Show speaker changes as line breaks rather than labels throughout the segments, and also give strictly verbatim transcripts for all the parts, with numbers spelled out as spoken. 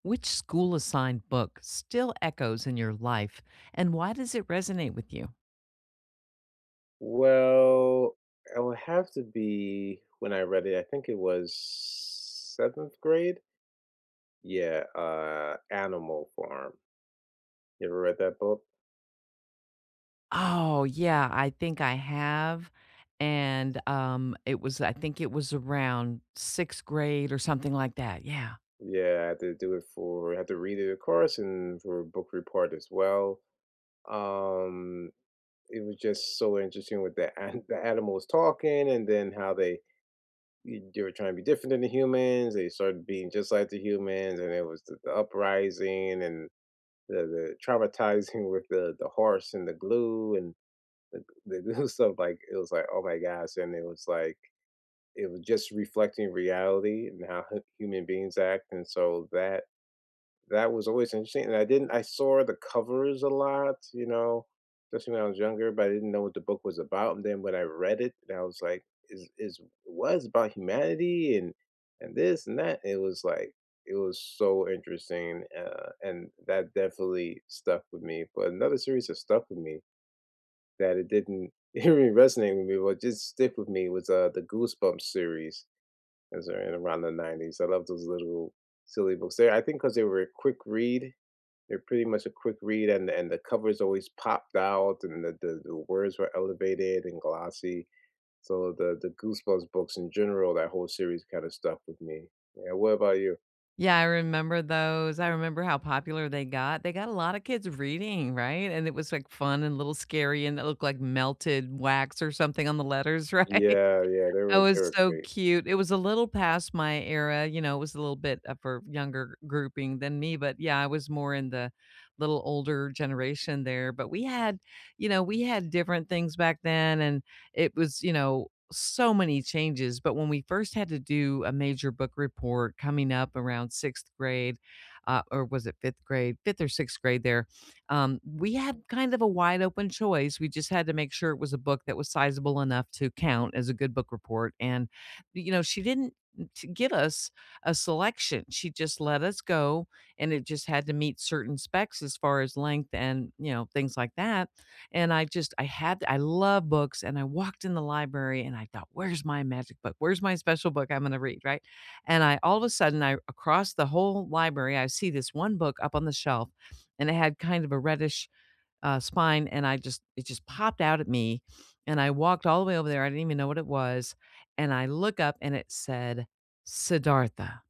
Which school assigned book still echoes in your life and why does it resonate with you?
Well, it would have to be when I read it, I think it was seventh grade. Yeah, uh, Animal Farm. You ever read that book?
Oh, yeah, I think I have. And um, it was, I think it was around sixth grade or something like that. Yeah.
Yeah, I had to do it for, I had to read it, of course, and for a book report as well. Um, it was just so interesting with the an- the animals talking, and then how they y- they were trying to be different than the humans. They started being just like the humans, and it was the, the uprising and the, the traumatizing with the the horse and the glue and the glue stuff like it was like oh my gosh and it was like it was just reflecting reality and how hu- human beings act and so that that was always interesting, and I didn't I saw the covers a lot, you know, especially when I was younger, but I didn't know what the book was about, and then when I read it, and I was like, "Is is was about humanity and and this and that." It was like it was so interesting, uh, and that definitely stuck with me, but another series that stuck with me that it didn't it didn't really resonate with me, but it just stick with me was, uh, the Goosebumps series, as they're in around the nineties. I love those little silly books. There, I think, because they were a quick read they're pretty much a quick read, and and the covers always popped out, and the the the words were elevated and glossy. So the the Goosebumps books in general, that whole series kinda stuck with me. Yeah, what about you?
Yeah, I remember those. I remember how popular they got. They got a lot of kids reading, right? And it was like fun and a little scary, and it looked like melted wax or something on the letters, right?
Yeah, yeah, they
That
were they
was
were
so
great.
cute. It was a little past my era, you know, it was a little bit of a younger grouping than me, but yeah, I was more in the little older generation there, but we had, you know, we had different things back then, and it was, you know, so many changes. But when we first had to do a major book report coming up around sixth grade, uh, or was it fifth grade? fifth or sixth grade there. Um, we had kind of a wide open choice. We just had to make sure it was a book that was sizable enough to count as a good book report. And, you know, she didn't mm, t- give us a selection. She just let us go, and it just had to meet certain specs as far as length and, you know, things like that. And I just, I had, I love books, and I walked in the library and I thought, where's my magic book? Where's my special book I'm going to read? Right. And I, all of a sudden, I, across the whole library, I see this one book up on the shelf, and it had kind of a reddish, uh, spine, and I just it just popped out at me, and I walked all the way over there. I didn't even know what it was, and I look up and it said Siddhartha,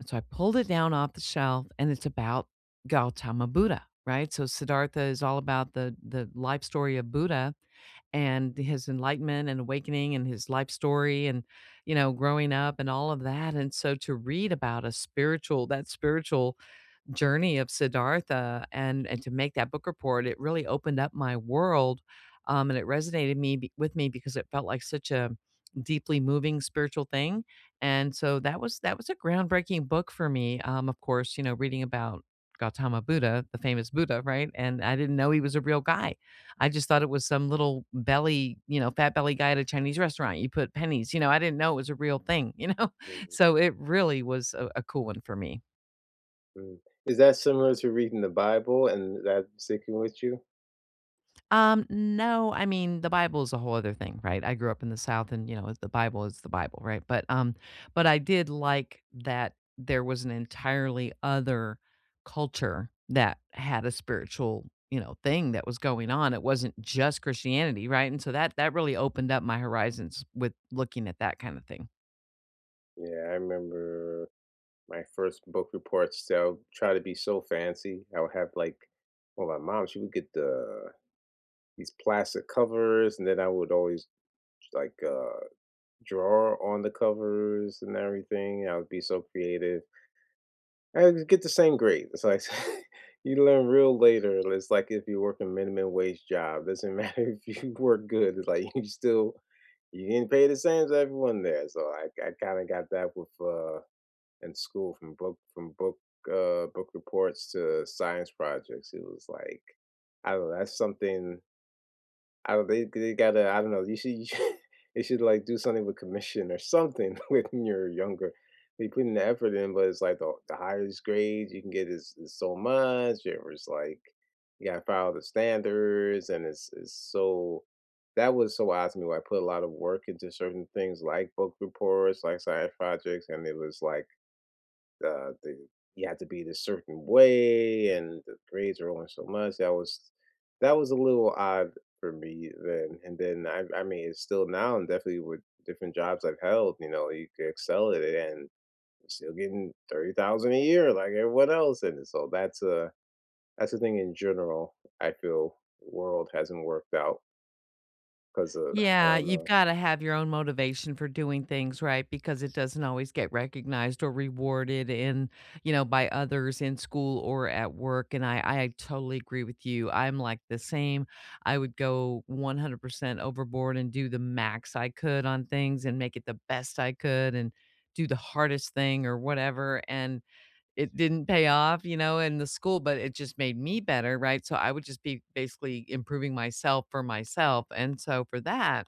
and so I pulled it down off the shelf, and it's about Gautama Buddha, right? So Siddhartha is all about the the life story of Buddha and his enlightenment and awakening and his life story and, you know, growing up and all of that. And so to read about a spiritual that spiritual journey of Siddhartha, and and to make that book report, it really opened up my world, um, and it resonated me be- with me because it felt like such a deeply moving spiritual thing. And so that was that was a groundbreaking book for me. Um, of course, you know, reading about Gautama Buddha, the famous Buddha, right? And I didn't know he was a real guy. I just thought it was some little belly, you know, fat belly guy at a Chinese restaurant. You put pennies, you know, I didn't know it was a real thing, you know?
Mhm.
So it really was a, a cool one for me.
mm. Is that similar to reading the Bible and that sticking with you?
Um, no, I mean, the Bible is a whole other thing, right? I grew up in the South and, you know, the Bible is the Bible, right? But um but I did like that there was an entirely other culture that had a spiritual, you know, thing that was going on. It wasn't just Christianity, right? And so that that really opened up my horizons with looking at that kind of thing.
Yeah, I remember my first book reports. So I will try to be so fancy. I would have, like well, my mom, she would get the these plastic covers, and then I would always like uh draw on the covers and everything. I would be so creative. I would get the same grade. It's like you learn real later. It's like if you work a minimum wage job, doesn't matter if you work good. It's like you still you didn't pay the same as everyone there. So I, I kind of got that with uh in school from book from book uh book reports to science projects. It was like I don't know. That's something I don't they they gotta I don't know, you should you should they should, like, do something with commission or something when you're younger. They put in the effort in, but it's like the the higher his grades you can get is is so much, it was like you gotta follow the standards, and it's it's so that was so odd to me where I put a lot of work into certain things like book reports, like science projects, and it was like uh, the you had to be this certain way, and the grades were only so much. That was that was a little odd for me then. And then I, I mean, it's still now, and definitely with different jobs I've held, you know, you could excel at it and you're still getting thirty thousand a year like everyone else. And so that's a that's the thing in general. I feel world hasn't worked out because of I
Yeah,
don't
you've
know.
gotta have your own motivation for doing things, right? Because it doesn't always get recognized or rewarded in, you know, by others in school or at work. And I, I totally agree with you. I'm like the same. I would go one hundred percent overboard and do the max I could on things and make it the best I could and do the hardest thing or whatever. And it didn't pay off, you know, in the school, but it just made me better, right? So I would just be basically improving myself for myself. And so for that,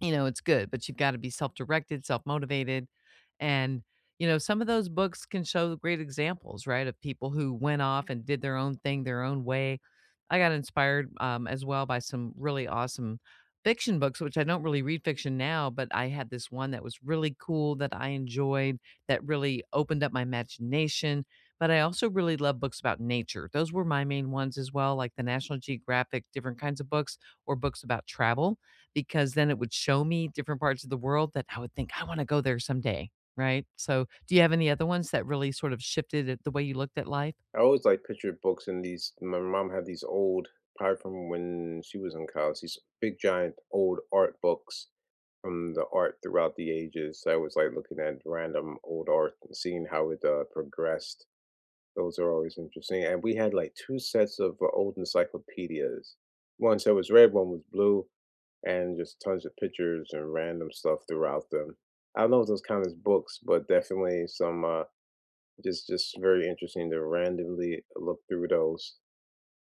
you know, it's good, but you've got to be self-directed, self-motivated, and, you know, some of those books can show great examples, right, of people who went off and did their own thing their own way. I got inspired, um, as well by some really awesome fiction books, which I don't really read fiction now, but I had this one that was really cool that I enjoyed, that really opened up my imagination. But I also really love books about nature. Those were my main ones as well, like the National Geographic, different kinds of books or books about travel, because then it would show me different parts of the world that I would think, "I wanna go there someday," right? So, do you have any other ones that really sort of shifted it the way you looked at life?
I always like picture books in these. My mom had these old, probably from when she was in college, these big, giant old art books from the art throughout the ages. So, I was like looking at random old art and seeing how it uh, progressed. Those are always interesting. And we had like two sets of uh, old encyclopedias. One set was red, one was blue, and just tons of pictures and random stuff throughout them. I don't know if those count as books, but definitely some. Uh, just just very interesting to randomly look through those.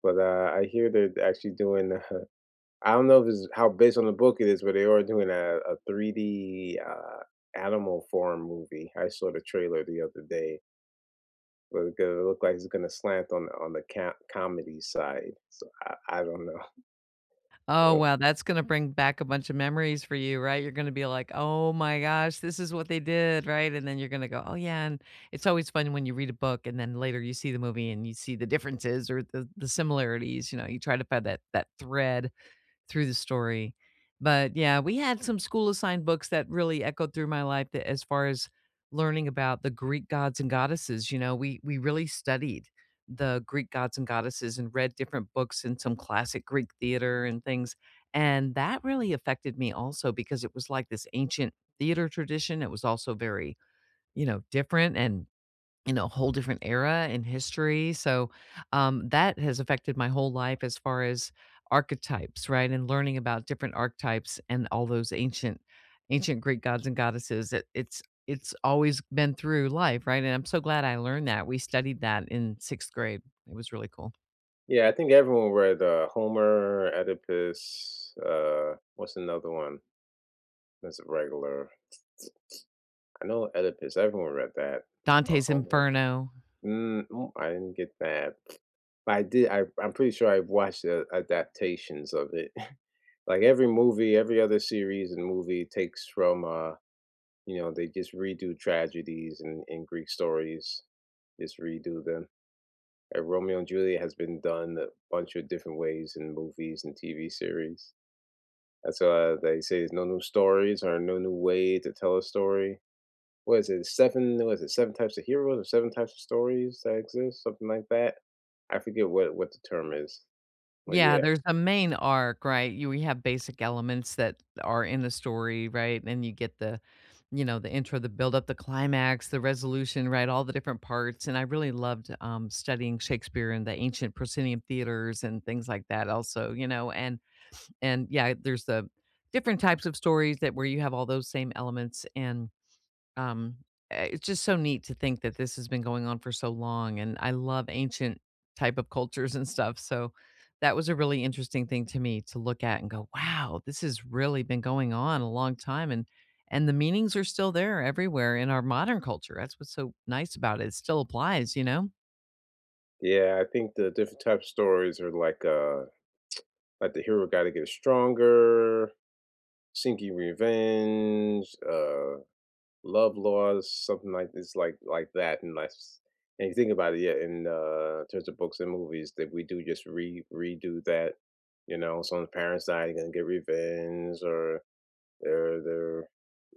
But uh, I hear they're actually doing. I don't know if it's how based on the book it is, but they are doing a, a three D uh, animal farm movie. I saw the trailer the other day, but it gonna look like it's gonna slant on on the ca- comedy side. So I, I don't know.
Oh, wow, that's gonna bring back a bunch of memories for you, right? You're gonna be like, "Oh my gosh, this is what they did," right? And then you're gonna go, "Oh, yeah," and it's always fun when you read a book and then later you see the movie and you see the differences or the the similarities. You know, you try to find that that thread through the story. But yeah, we had some school assigned books that really echoed through my life, that as far as learning about the Greek gods and goddesses, you know, we we really studied the Greek gods and goddesses and read different books and some classic Greek theater and things. And that really affected me also because it was like this ancient theater tradition. It was also very, you know, different and in a whole different era in history. So, um, that has affected my whole life as far as archetypes, right? And learning about different archetypes and all those ancient, ancient Greek gods and goddesses. It, it's it's always been through life, right? And I'm so glad I learned that. We studied that in sixth grade. It was really cool.
Yeah, I think everyone read uh, Homer, Oedipus. Uh, what's another one that's a regular? I know Oedipus. Everyone read that. Or
Dante's
Homer.
Inferno.
Mm, oh, I didn't get that, but I did. I, I'm pretty sure I've watched the adaptations of it. Like every movie, every other series and movie takes from, uh, you know, they just redo tragedies and, and Greek stories, just redo them. Uh, Romeo and Juliet has been done a bunch of different ways in movies and T V series. That's why they say there's no new stories or no new way to tell a story. What is it? Seven, what is it? Seven types of heroes or seven types of stories that exist, something like that. I forget what what the term is. But
Yeah,
yeah,
there's a main arc, right? You we have basic elements that are in the story, right? And you get the, you know, the intro, the build up, the climax, the resolution, right? All the different parts. And I really loved um, studying Shakespeare and the ancient proscenium theaters and things like that. Also, you know, and and yeah, there's the different types of stories that where you have all those same elements, and um, eh, it's just so neat to think that this has been going on for so long, and I love ancient type of cultures and stuff. So that was a really interesting thing to me to look at and go, "Wow, this has really been going on a long time," and and the meanings are still there everywhere in our modern culture. That's what's so nice about it, it still applies, you know?
yeah, I think the different types of stories are like uh like the hero got to get stronger, seeking revenge, uh, love laws, something like this, like like that, and like. s- and you think about it, yeah, in uh, terms of books and movies, that we do just re redo that, you know, someone's parents died, they're gonna get revenge, or they're they're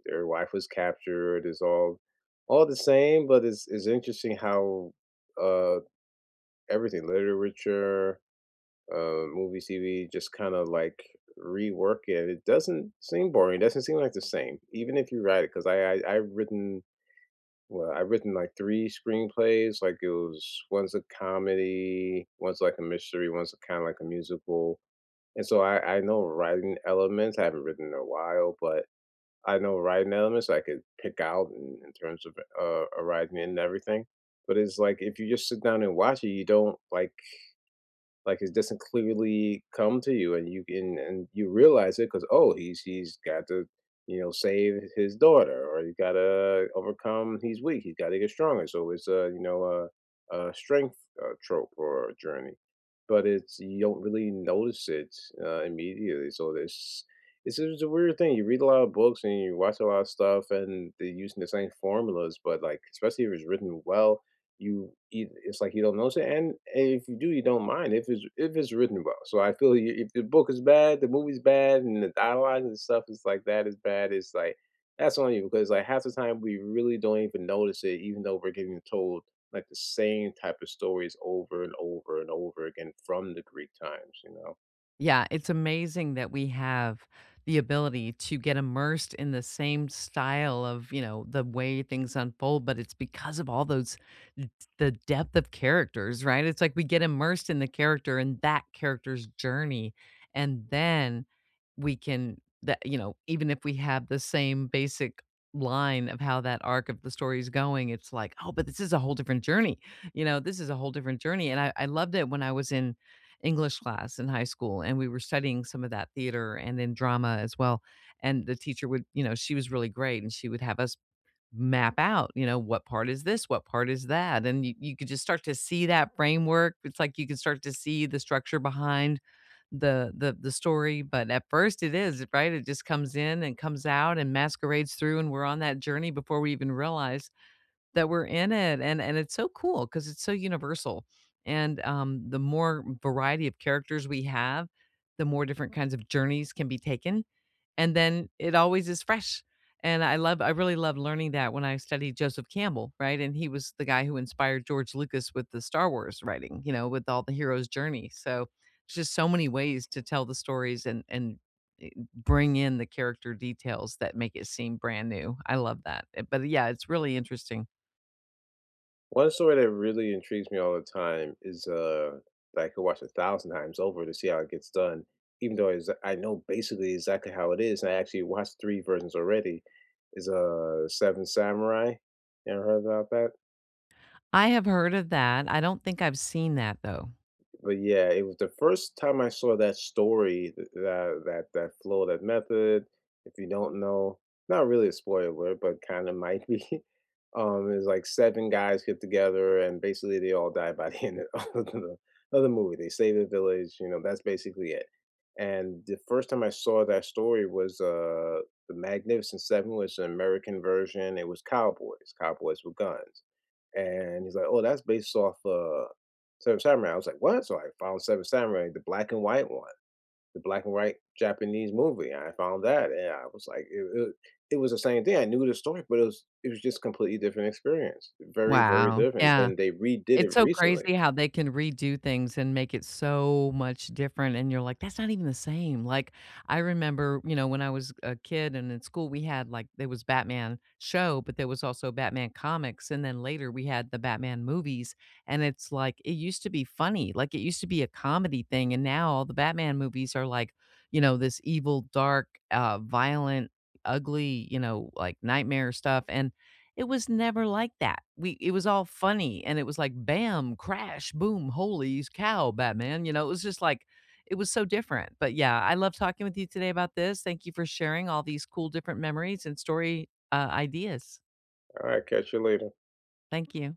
their wife was captured. It's all all the same, but it's it's interesting how uh everything literature, uh movies, T V just kind of like rework it. It doesn't seem boring. Doesn't seem like the same, even if you write it. Because I, I I've written well, I've written like three screenplays. Like it was one's a comedy, one's like a mystery, one's kind of like a musical. And so I, I know writing elements. I haven't written in a while, but I know riding elements I could pick out in in terms of, uh, a riding in and everything, but it's like if you just sit down and watch it, you don't, like like, it doesn't clearly come to you, and you and and you realize it because "Oh, he's he's got to, you know, save his daughter," or, "He's gotta overcome he's weak, he's gotta get stronger." So it's a, you know, a a strength, uh, trope or a journey, but it's you don't really notice it, uh, immediately, so this it's just a weird thing. You read a lot of books and you watch a lot of stuff, and they're using the same formulas, but, like, especially if it's written well, you eith it's like you don't notice it, and if you do, you don't mind if it's if it's written well. So I feel you if the book is bad, the movie's bad, and the dialogue and stuff is like that is bad, it's like that's on you because like half the time we really don't even notice it, even though we're getting told like the same type of stories over and over and over again from the Greek times, you know.
Yeah, it's amazing that we have the ability to get immersed in the same style of, you know, the way things unfold, but it's because of all those d- the depth of characters, right? It's like we get immersed in the character and that character's journey, and then we can, that you know, even if we have the same basic line of how that arc of the story is going, it's like, oh, but this is a whole different journey. You know, this is a whole different journey. And I, I loved it when I was in English class in high school, and we were studying some of that theater and then drama as well. And the teacher would, you know, she was really great, and she would have us map out, you know, what part is this, what part is that. And you, you could just start to see that framework. It's like you can start to see the structure behind the the the story. But at first it is, right? It just comes in and comes out and masquerades through, and we're on that journey before we even realize that we're in it. And and it's so cool because it's so universal, and, um, the more variety of characters we have, the more different kinds of journeys can be taken, and then it always is fresh. And I love I really love learning that when I studied Joseph Campbell, right, and he was the guy who inspired George Lucas with the Star Wars writing, you know, with all the hero's journey. So, it's just so many ways to tell the stories, and and, eh, bring in the character details that make it seem brand new. I love that, eh, but, yeah, it's really interesting.
One story that really intrigues me all the time is, uh, that I could watch a thousand times over to see how it gets done, even though it's I know basically exactly how it is, and I actually watched three versions already, is, uh, Seven Samurai. You ever heard about that?
I have heard of that. I don't think I've seen that though.
But yeah, it was the first time I saw that story, th that that that flow, that method. If you don't know, not really a spoiler, but kind of might be. Um, it's like seven guys get together and basically they all die by the end of the of the movie. They save the village, you know, that's basically it. And the first time I saw that story was, uh, The Magnificent Seven was an American version. It was cowboys, cowboys with guns. And he's like, "Oh, that's based off, uh" Seven Samurai. I was like, "What?" So I found Seven Samurai, the black and white one, the black and white Japanese movie. I found that, and I was like, it, it, it was the same thing. I knew the story, but it was it was just completely different experience. Very, very
Wow.
different.
Yeah.
And they redid
It's
it
so
recently.
crazy how they can redo things and make it so much different, and you're like, "That's not even the same." Like, I remember, you know, when I was a kid and in school, we had, like there was Batman show, but there was also Batman comics, and then later we had the Batman movies, and it's like, it used to be funny, like, it used to be a comedy thing, and now all the Batman movies are like, you know, this evil, dark, uh, violent, ugly, you know, like, nightmare stuff, and it was never like that. We it was all funny, and it was like, "Bam, crash, boom, holy cow, Batman," you know, it was just like it was so different. But, yeah, I love talking with you today about this. Thank you for sharing all these cool different memories and story, uh, ideas.
All right, catch you later.
Thank you.